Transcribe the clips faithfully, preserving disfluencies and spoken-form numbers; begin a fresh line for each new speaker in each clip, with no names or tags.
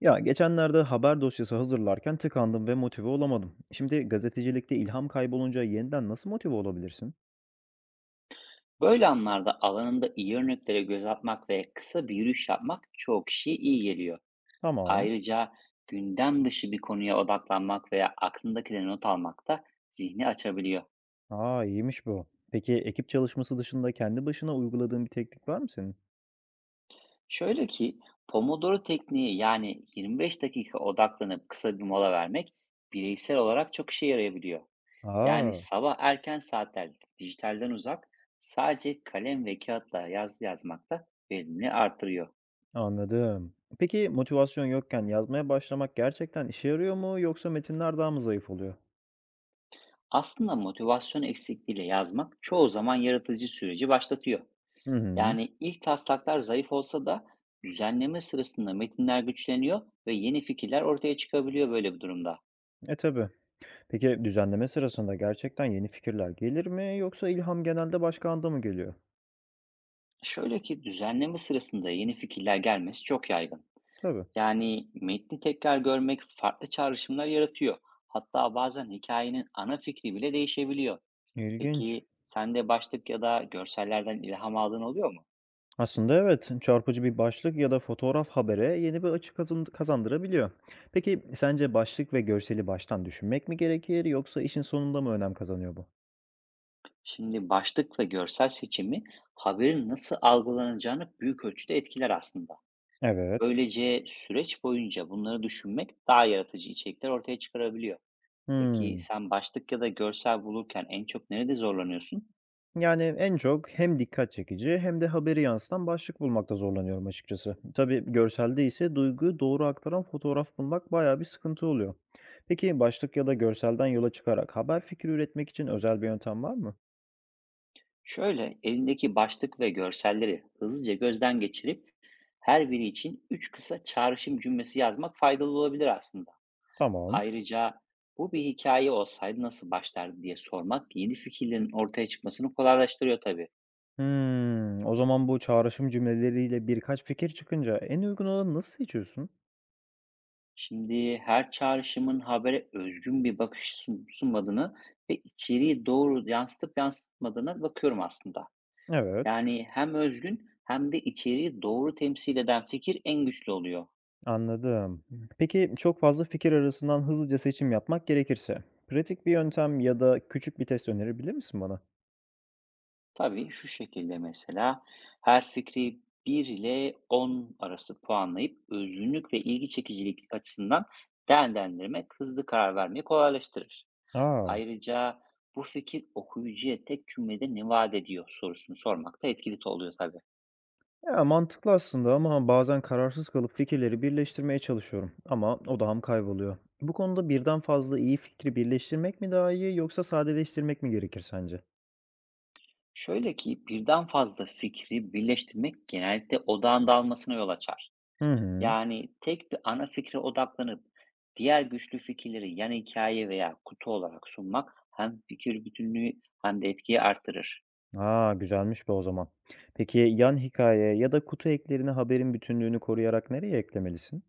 Ya, geçenlerde haber dosyası hazırlarken tıkandım ve motive olamadım. Şimdi gazetecilikte ilham kaybolunca yeniden nasıl motive olabilirsin?
Böyle anlarda alanında iyi örneklere göz atmak ve kısa bir yürüyüş yapmak çoğu kişiye iyi geliyor.
Tamam.
Ayrıca gündem dışı bir konuya odaklanmak veya aklındakileri not almak da zihni açabiliyor.
Aa, iyiymiş bu. Peki ekip çalışması dışında kendi başına uyguladığın bir teknik var mı senin?
Şöyle ki Pomodoro tekniği, yani yirmi beş dakika odaklanıp kısa bir mola vermek, bireysel olarak çok işe yarayabiliyor. Yani
Aa,
sabah erken saatlerde dijitalden uzak, sadece kalem ve kağıtla yaz yazmak da verimini artırıyor.
anladım. Peki motivasyon yokken yazmaya başlamak gerçekten işe yarıyor mu yoksa metinler daha mı zayıf oluyor?
Aslında motivasyon eksikliğiyle yazmak çoğu zaman yaratıcı süreci başlatıyor.
Hı hı.
Yani ilk taslaklar zayıf olsa da, düzenleme sırasında metinler güçleniyor ve yeni fikirler ortaya çıkabiliyor böyle bir durumda.
E, tabii. Peki düzenleme sırasında gerçekten yeni fikirler gelir mi yoksa ilham genelde başka anda mı geliyor?
Şöyle ki, düzenleme sırasında yeni fikirler gelmesi çok yaygın.
Tabii.
Yani metni tekrar görmek farklı çağrışımlar yaratıyor. Hatta bazen hikayenin ana fikri bile değişebiliyor.
İlginç.
Peki sen de başlık ya da görsellerden ilham aldığın oluyor mu?
Aslında evet, çarpıcı bir başlık ya da fotoğraf habere yeni bir açı kazan- kazandırabiliyor. Peki sence başlık ve görseli baştan düşünmek mi gerekir yoksa işin sonunda mı önem kazanıyor bu?
Şimdi başlık ve görsel seçimi, haberin nasıl algılanacağını büyük ölçüde etkiler aslında.
Evet.
Böylece süreç boyunca bunları düşünmek daha yaratıcı içerikler ortaya çıkarabiliyor. Peki
Hmm.
sen başlık ya da görsel bulurken en çok nerede zorlanıyorsun?
Yani en çok hem dikkat çekici hem de haberi yansıtan başlık bulmakta zorlanıyorum açıkçası. Tabii görselde ise duyguyu doğru aktaran fotoğraf bulmak bayağı bir sıkıntı oluyor. Peki başlık ya da görselden yola çıkarak haber fikri üretmek için özel bir yöntem var mı?
Şöyle, elindeki başlık ve görselleri hızlıca gözden geçirip her biri için üç kısa çağrışım cümlesi yazmak faydalı olabilir aslında.
Tamam.
Ayrıca, bu bir hikaye olsaydı nasıl başlardı diye sormak yeni fikirlerin ortaya çıkmasını kolaylaştırıyor tabii.
Hımm. O zaman bu çağrışım cümleleriyle birkaç fikir çıkınca en uygun olanı nasıl seçiyorsun?
Şimdi her çağrışımın habere özgün bir bakış sun- sunmadığını ve içeriği doğru yansıtıp yansıtmadığına bakıyorum aslında.
Evet.
Yani hem özgün hem de içeriği doğru temsil eden fikir en güçlü oluyor.
Anladım. Peki çok fazla fikir arasından hızlıca seçim yapmak gerekirse pratik bir yöntem ya da küçük bir test önerebilir misin bana?
Tabii, şu şekilde mesela: her fikri bir ile on arası puanlayıp özgünlük ve ilgi çekicilik açısından değerlendirmek hızlı karar vermeyi kolaylaştırır.
Aa.
Ayrıca, bu fikir okuyucuya tek cümlede ne vaat ediyor sorusunu sormak da etkili oluyor tabii.
Ya, mantıklı aslında ama bazen kararsız kalıp fikirleri birleştirmeye çalışıyorum ama odağım kayboluyor. Bu konuda birden fazla iyi fikri birleştirmek mi daha iyi yoksa sadeleştirmek mi gerekir sence?
Şöyle ki, birden fazla fikri birleştirmek genellikle odağın dağılmasına yol açar.
Hı hı.
Yani tek bir ana fikre odaklanıp diğer güçlü fikirleri yan hikaye veya kutu olarak sunmak hem fikir bütünlüğü hem de etkiyi artırır.
A, güzelmiş be o zaman. Peki, yan hikaye ya da kutu eklerine haberin bütünlüğünü koruyarak nereye eklemelisin?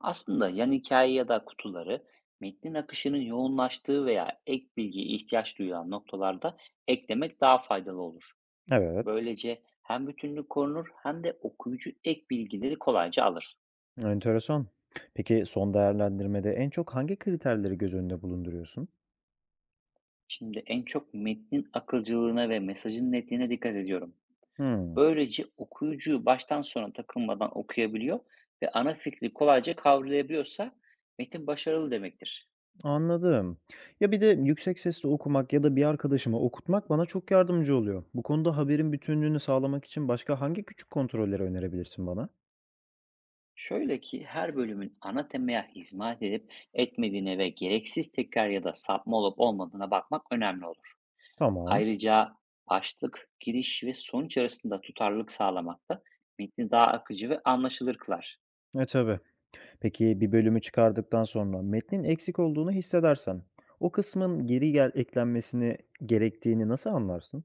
Aslında yan hikaye ya da kutuları, metnin akışının yoğunlaştığı veya ek bilgiye ihtiyaç duyulan noktalarda eklemek daha faydalı olur.
Evet.
Böylece hem bütünlük korunur hem de okuyucu ek bilgileri kolayca alır.
Enteresan. Peki, son değerlendirmede en çok hangi kriterleri göz önünde bulunduruyorsun?
Şimdi en çok metnin akılcılığına ve mesajın netliğine dikkat ediyorum.
Hımm,
Böylece okuyucuyu baştan sona takılmadan okuyabiliyor ve ana fikri kolayca kavrayabiliyorsa metin başarılı demektir.
anladım. Ya, bir de yüksek sesle okumak ya da bir arkadaşıma okutmak bana çok yardımcı oluyor. Bu konuda haberin bütünlüğünü sağlamak için başka hangi küçük kontrolleri önerebilirsin bana?
Şöyle ki, her bölümün ana temaya hizmet edip etmediğine ve gereksiz tekrar ya da sapma olup olmadığına bakmak önemli olur.
Tamam.
Ayrıca, başlık, giriş ve sonuç arasında tutarlılık sağlamak da metni daha akıcı ve anlaşılır kılar.
E, tabii. Peki bir bölümü çıkardıktan sonra metnin eksik olduğunu hissedersen o kısmın geri gel eklenmesini gerektiğini nasıl anlarsın?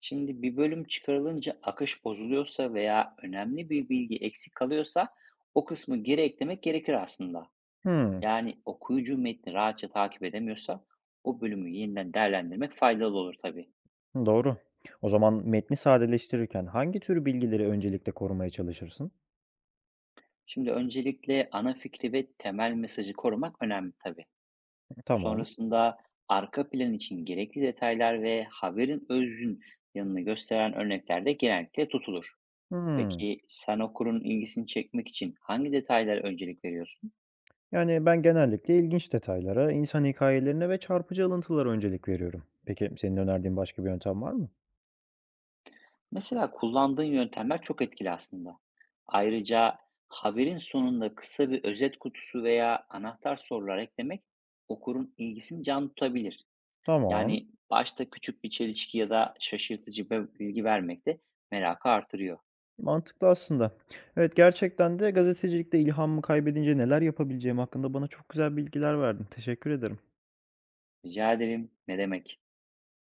Şimdi, bir bölüm çıkarılınca akış bozuluyorsa veya önemli bir bilgi eksik kalıyorsa, o kısmı geri eklemek gerekir aslında.
Hımm,
Yani okuyucu metni rahatça takip edemiyorsa o bölümü yeniden değerlendirmek faydalı olur tabii.
doğru. O zaman metni sadeleştirirken hangi tür bilgileri öncelikle korumaya çalışırsın?
Şimdi öncelikle ana fikri ve temel mesajı korumak önemli tabii.
Tamam.
Sonrasında, arka plan için gerekli detaylar ve haberin özgün yanını gösteren örnekler de genellikle tutulur.
Hımm.
Peki sen okurun ilgisini çekmek için hangi detaylara öncelik veriyorsun?
Yani ben genellikle ilginç detaylara, insan hikayelerine ve çarpıcı alıntılara öncelik veriyorum. Peki senin önerdiğin başka bir yöntem var mı?
Mesela kullandığın yöntemler çok etkili aslında. Ayrıca, haberin sonunda kısa bir özet kutusu veya anahtar sorular eklemek okurun ilgisini can tutabilir.
Tamam.
Yani başta küçük bir çelişki ya da şaşırtıcı bir bilgi vermek de merakı artırıyor.
Mantıklı aslında. Evet, gerçekten de gazetecilikte ilhamımı kaybedince neler yapabileceğim hakkında bana çok güzel bilgiler verdin. Teşekkür ederim.
Rica ederim. Ne demek?